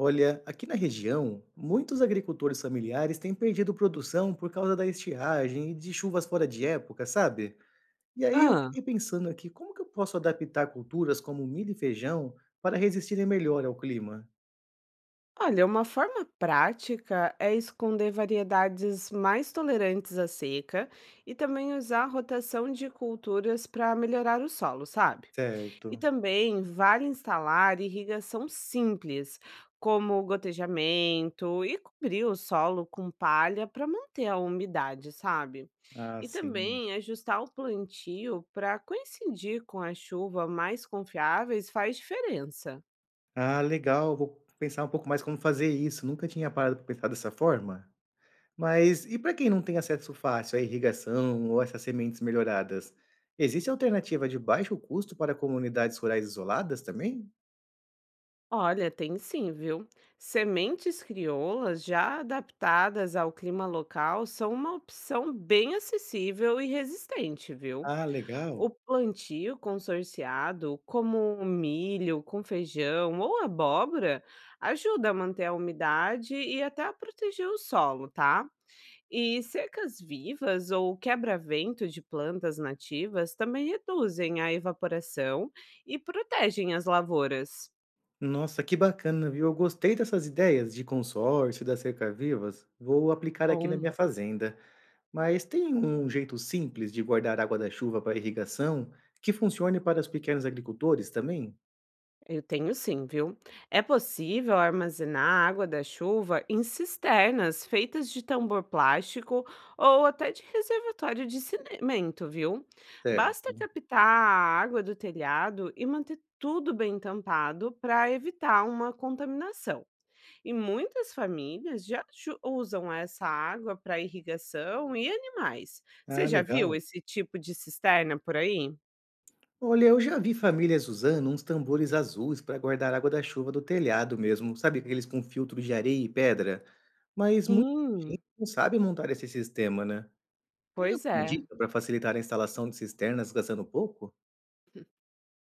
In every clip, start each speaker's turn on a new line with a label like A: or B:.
A: Olha, aqui na região, muitos agricultores familiares têm perdido produção por causa da estiagem e de chuvas fora de época, sabe? E aí eu
B: Ah,
A: fiquei pensando aqui, como que eu posso adaptar culturas como milho e feijão para resistirem melhor ao clima?
B: olha, uma forma prática é esconder variedades mais tolerantes à seca e também usar a rotação de culturas para melhorar o solo, sabe?
A: Certo.
B: E também vale instalar irrigação simples, como gotejamento, e cobrir o solo com palha para manter a umidade, sabe?
A: Ah,
B: E
A: sim.
B: também ajustar o plantio para coincidir com a chuva mais confiáveis faz diferença.
A: Ah, legal. Vou pensar um pouco mais como fazer isso. Nunca tinha parado para pensar dessa forma. Mas e para quem não tem acesso fácil à irrigação ou essas sementes melhoradas? Existe alternativa de baixo custo para comunidades rurais isoladas também?
B: Olha, tem sim, viu? Sementes crioulas já adaptadas ao clima local são uma opção bem acessível e resistente, viu?
A: Ah,
B: O
A: legal.
B: plantio consorciado, como o milho com feijão ou abóbora, ajuda a manter a umidade e até a proteger o solo, tá? E secas vivas ou quebra-vento de plantas nativas também reduzem a evaporação e protegem as lavouras.
A: Nossa, que bacana, viu? Eu gostei dessas ideias de consórcio, das cerca-vivas. Vou aplicar aqui na
B: Bom.
A: minha fazenda. Mas tem um jeito simples de guardar água da chuva para irrigação que funcione para os pequenos agricultores também?
B: Eu tenho sim, viu? É possível armazenar a água da chuva em cisternas feitas de tambor plástico ou até de reservatório de cimento, viu? Basta
A: Certo.
B: captar a água do telhado e manter tudo bem tampado para evitar uma contaminação. E muitas famílias já usam essa água para irrigação e animais. Você
A: Ah,
B: já viu
A: legal.
B: esse tipo de cisterna por aí?
A: Olha, eu já vi famílias usando uns tambores azuis para guardar água da chuva do telhado mesmo, sabe? Aqueles com filtro de areia e pedra. Mas muita gente
B: Sim,
A: não sabe montar esse sistema, né? Tem
B: pois
A: alguma
B: é.
A: dica para facilitar a instalação de cisternas gastando pouco?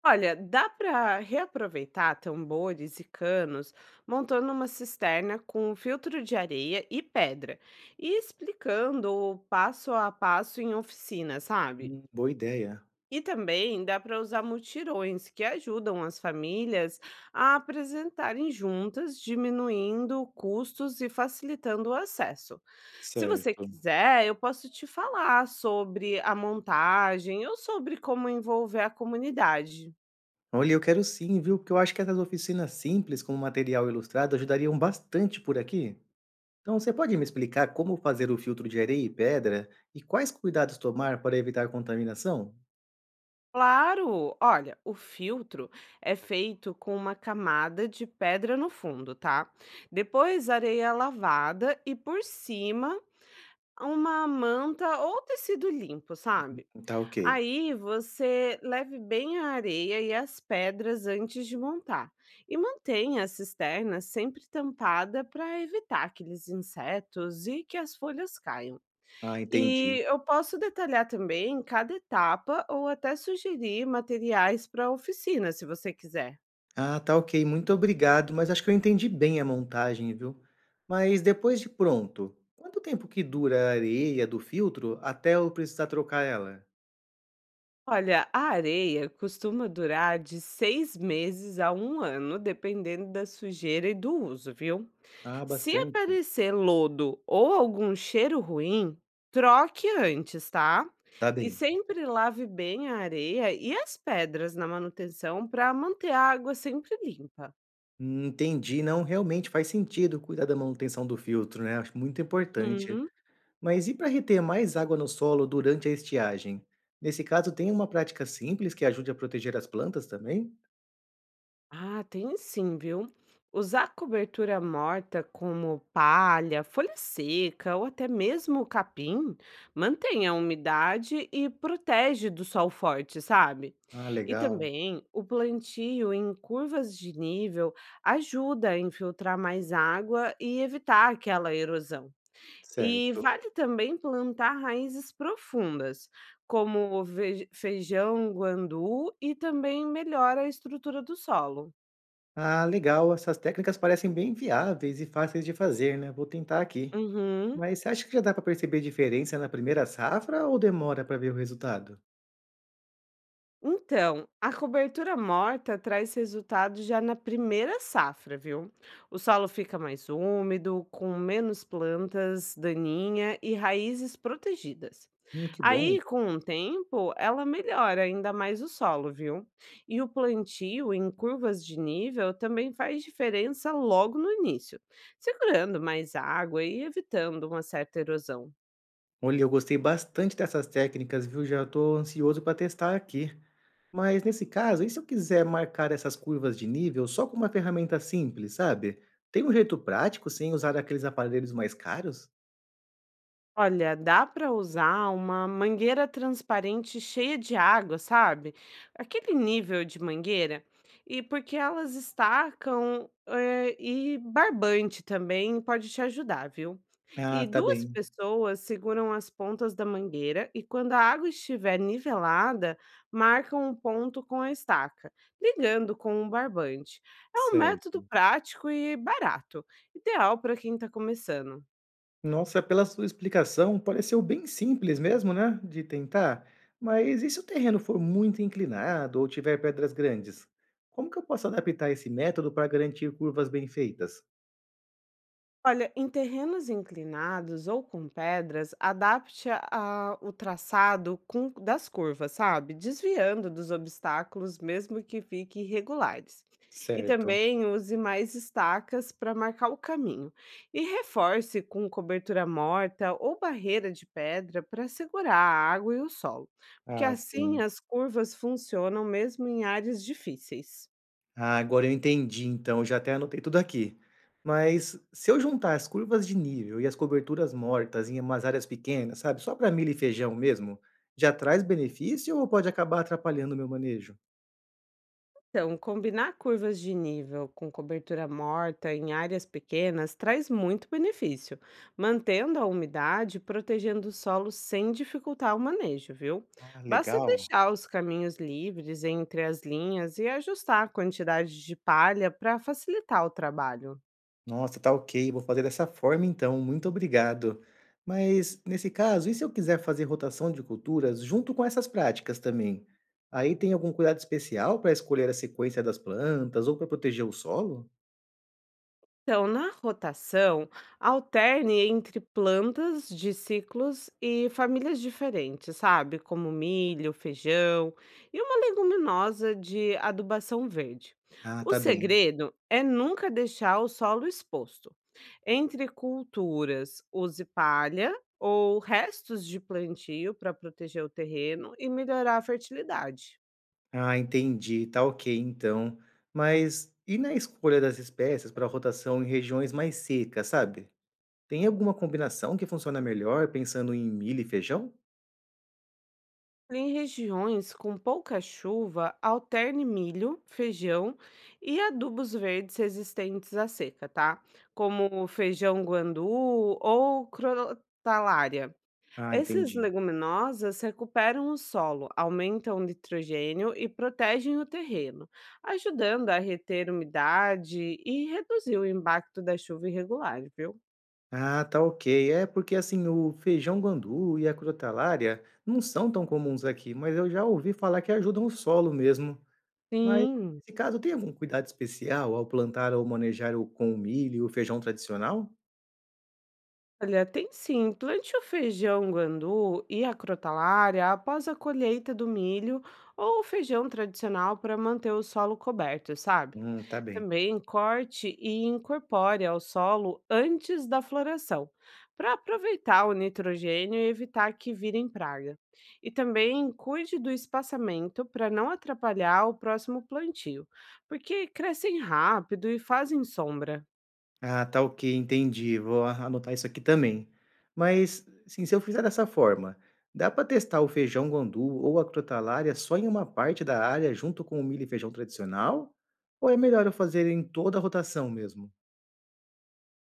B: Olha, dá para reaproveitar tambores e canos montando uma cisterna com filtro de areia e pedra e explicando o passo a passo em oficina, sabe?
A: Boa ideia.
B: E também dá para usar mutirões que ajudam as famílias a apresentarem juntas, diminuindo custos e facilitando o acesso. Se você
A: Certo.
B: quiser, eu posso te falar sobre a montagem ou sobre como envolver a comunidade.
A: Olha, eu quero sim, viu? Porque eu acho que essas oficinas simples com material ilustrado ajudariam bastante por aqui. Então, você pode me explicar como fazer o filtro de areia e pedra e quais cuidados tomar para evitar contaminação?
B: Claro! Olha, o filtro é feito com uma camada de pedra no fundo, tá? Depois areia lavada e por cima uma manta ou tecido limpo, sabe?
A: Tá ok.
B: Aí você leve bem a areia e as pedras antes de montar. E mantenha a cisterna sempre tampada para evitar aqueles insetos e que as folhas caiam.
A: Ah, entendi.
B: E eu posso detalhar também cada etapa ou até sugerir materiais para a oficina, se você quiser.
A: Ah, tá ok, muito obrigado, mas acho que eu entendi bem a montagem, viu? Mas depois de pronto, quanto tempo que dura a areia do filtro até eu precisar trocar ela?
B: Olha, a areia costuma durar de seis meses a um ano, dependendo da sujeira e do uso, viu?
A: Ah,
B: Se
A: bastante.
B: aparecer lodo ou algum cheiro ruim, troque antes, tá?
A: Tá
B: E
A: bem.
B: sempre lave bem a areia e as pedras na manutenção para manter a água sempre limpa.
A: Entendi. Não, realmente faz sentido cuidar da manutenção do filtro, né? Acho muito importante.
B: Uhum.
A: Mas e para reter mais água no solo durante a estiagem? Nesse caso, tem uma prática simples que ajude a proteger as plantas também?
B: Ah, tem sim, viu? Usar cobertura morta como palha, folha seca ou até mesmo capim mantém a umidade e protege do sol forte, sabe?
A: Ah,
B: E
A: legal.
B: também o plantio em curvas de nível ajuda a infiltrar mais água e evitar aquela erosão. E
A: Certo.
B: vale também plantar raízes profundas, como o feijão, guandu, e também melhora a estrutura do solo.
A: Ah, legal. Essas técnicas parecem bem viáveis e fáceis de fazer, né? Vou tentar aqui.
B: Uhum.
A: Mas você acha que já dá para perceber diferença na primeira safra ou demora para ver o resultado?
B: Então, a cobertura morta traz resultados já na primeira safra, viu? O solo fica mais úmido, com menos plantas daninha e raízes protegidas.
A: Que bom.
B: Aí, com o tempo, ela melhora ainda mais o solo, viu? E o plantio em curvas de nível também faz diferença logo no início, segurando mais água e evitando uma certa erosão.
A: Olha, eu gostei bastante dessas técnicas, viu? Já estou ansioso para testar aqui. Mas nesse caso, e se eu quiser marcar essas curvas de nível só com uma ferramenta simples, sabe? Tem um jeito prático sem usar aqueles aparelhos mais caros?
B: Olha, dá para usar uma mangueira transparente cheia de água, sabe? Aquele nível de mangueira. E porque elas estacam, e barbante também pode te ajudar, viu?
A: Ah,
B: E
A: tá
B: duas
A: bem.
B: pessoas seguram as pontas da mangueira e quando a água estiver nivelada, marcam um ponto com a estaca, ligando com um barbante. É um
A: Certo.
B: método prático e barato, ideal para quem está começando.
A: Nossa, pela sua explicação, pareceu bem simples mesmo, né? De tentar. Mas e se o terreno for muito inclinado ou tiver pedras grandes? Como que eu posso adaptar esse método para garantir curvas bem feitas?
B: Olha, em terrenos inclinados ou com pedras, adapte o traçado das curvas, sabe? Desviando dos obstáculos, mesmo que fiquem irregulares. E
A: Certo.
B: também use mais estacas para marcar o caminho. E reforce com cobertura morta ou barreira de pedra para segurar a água e o solo, porque
A: Ah,
B: assim
A: sim.
B: as curvas funcionam mesmo em áreas difíceis.
A: Ah, agora eu entendi, então, eu já até anotei tudo aqui. Mas se eu juntar as curvas de nível e as coberturas mortas em umas áreas pequenas, sabe, só para milho e feijão mesmo, já traz benefício ou pode acabar atrapalhando o meu manejo?
B: Então, combinar curvas de nível com cobertura morta em áreas pequenas traz muito benefício, mantendo a umidade e protegendo o solo sem dificultar o manejo, viu?
A: Ah,
B: Basta
A: legal.
B: deixar os caminhos livres entre as linhas e ajustar a quantidade de palha para facilitar o trabalho.
A: Nossa, tá ok, vou fazer dessa forma então, muito obrigado. Mas nesse caso, e se eu quiser fazer rotação de culturas junto com essas práticas também? Aí tem algum cuidado especial para escolher a sequência das plantas ou para proteger o solo?
B: Então, na rotação, alterne entre plantas de ciclos e famílias diferentes, sabe? Como milho, feijão e uma leguminosa de adubação verde.
A: Ah,
B: O
A: tá bem.
B: segredo é nunca deixar o solo exposto. Entre culturas, use palha ou restos de plantio para proteger o terreno e melhorar a fertilidade.
A: Ah, entendi. Tá ok, então. Mas e na escolha das espécies para rotação em regiões mais secas, sabe? Tem alguma combinação que funciona melhor pensando em milho e feijão?
B: Em regiões com pouca chuva, alterne milho, feijão e adubos verdes resistentes à seca, tá? Como feijão guandu ou crotalária.
A: Ah,
B: Esses
A: entendi.
B: leguminosas recuperam o solo, aumentam o nitrogênio e protegem o terreno, ajudando a reter umidade e reduzir o impacto da chuva irregular, viu?
A: Ah, tá ok. É porque assim, o feijão guandu e a crotalária não são tão comuns aqui, mas eu já ouvi falar que ajudam o solo mesmo. Mas
B: Sim.
A: nesse caso, tem algum cuidado especial ao plantar ou manejar o com o milho e o feijão tradicional?
B: Olha, tem sim. Plante o feijão guandu e a crotalária após a colheita do milho ou o feijão tradicional para manter o solo coberto, sabe?
A: Tá bem.
B: Também corte e incorpore ao solo antes da floração, para aproveitar o nitrogênio e evitar que virem praga. E também cuide do espaçamento para não atrapalhar o próximo plantio, porque crescem rápido e fazem sombra.
A: Ah, tá ok, entendi. Vou anotar isso aqui também. Mas, assim, se eu fizer dessa forma, dá para testar o feijão guandu ou a crotalária só em uma parte da área junto com o milho e feijão tradicional? Ou é melhor eu fazer em toda a rotação mesmo?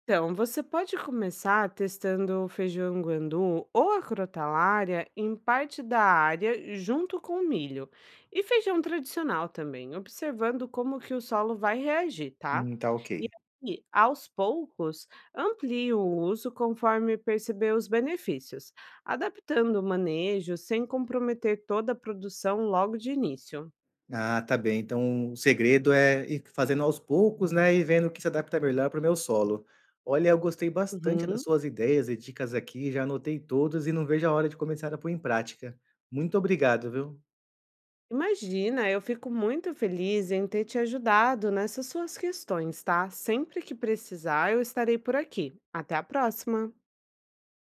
B: Então, você pode começar testando o feijão guandu ou a crotalária em parte da área junto com o milho e feijão tradicional também, observando como que o solo vai reagir, tá?
A: Tá ok.
B: E aí, aos poucos, amplie o uso conforme perceber os benefícios, adaptando o manejo sem comprometer toda a produção logo de início.
A: Ah, tá bem. Então, o segredo é ir fazendo aos poucos, né, e vendo o que se adapta melhor para o meu solo. Olha, eu gostei bastante das
B: Uhum.
A: suas ideias e dicas aqui, já anotei todas e não vejo a hora de começar a pôr em prática. Muito obrigado, viu?
B: Imagina, eu fico muito feliz em ter te ajudado nessas suas questões, tá? Sempre que precisar, eu estarei por aqui. Até a próxima!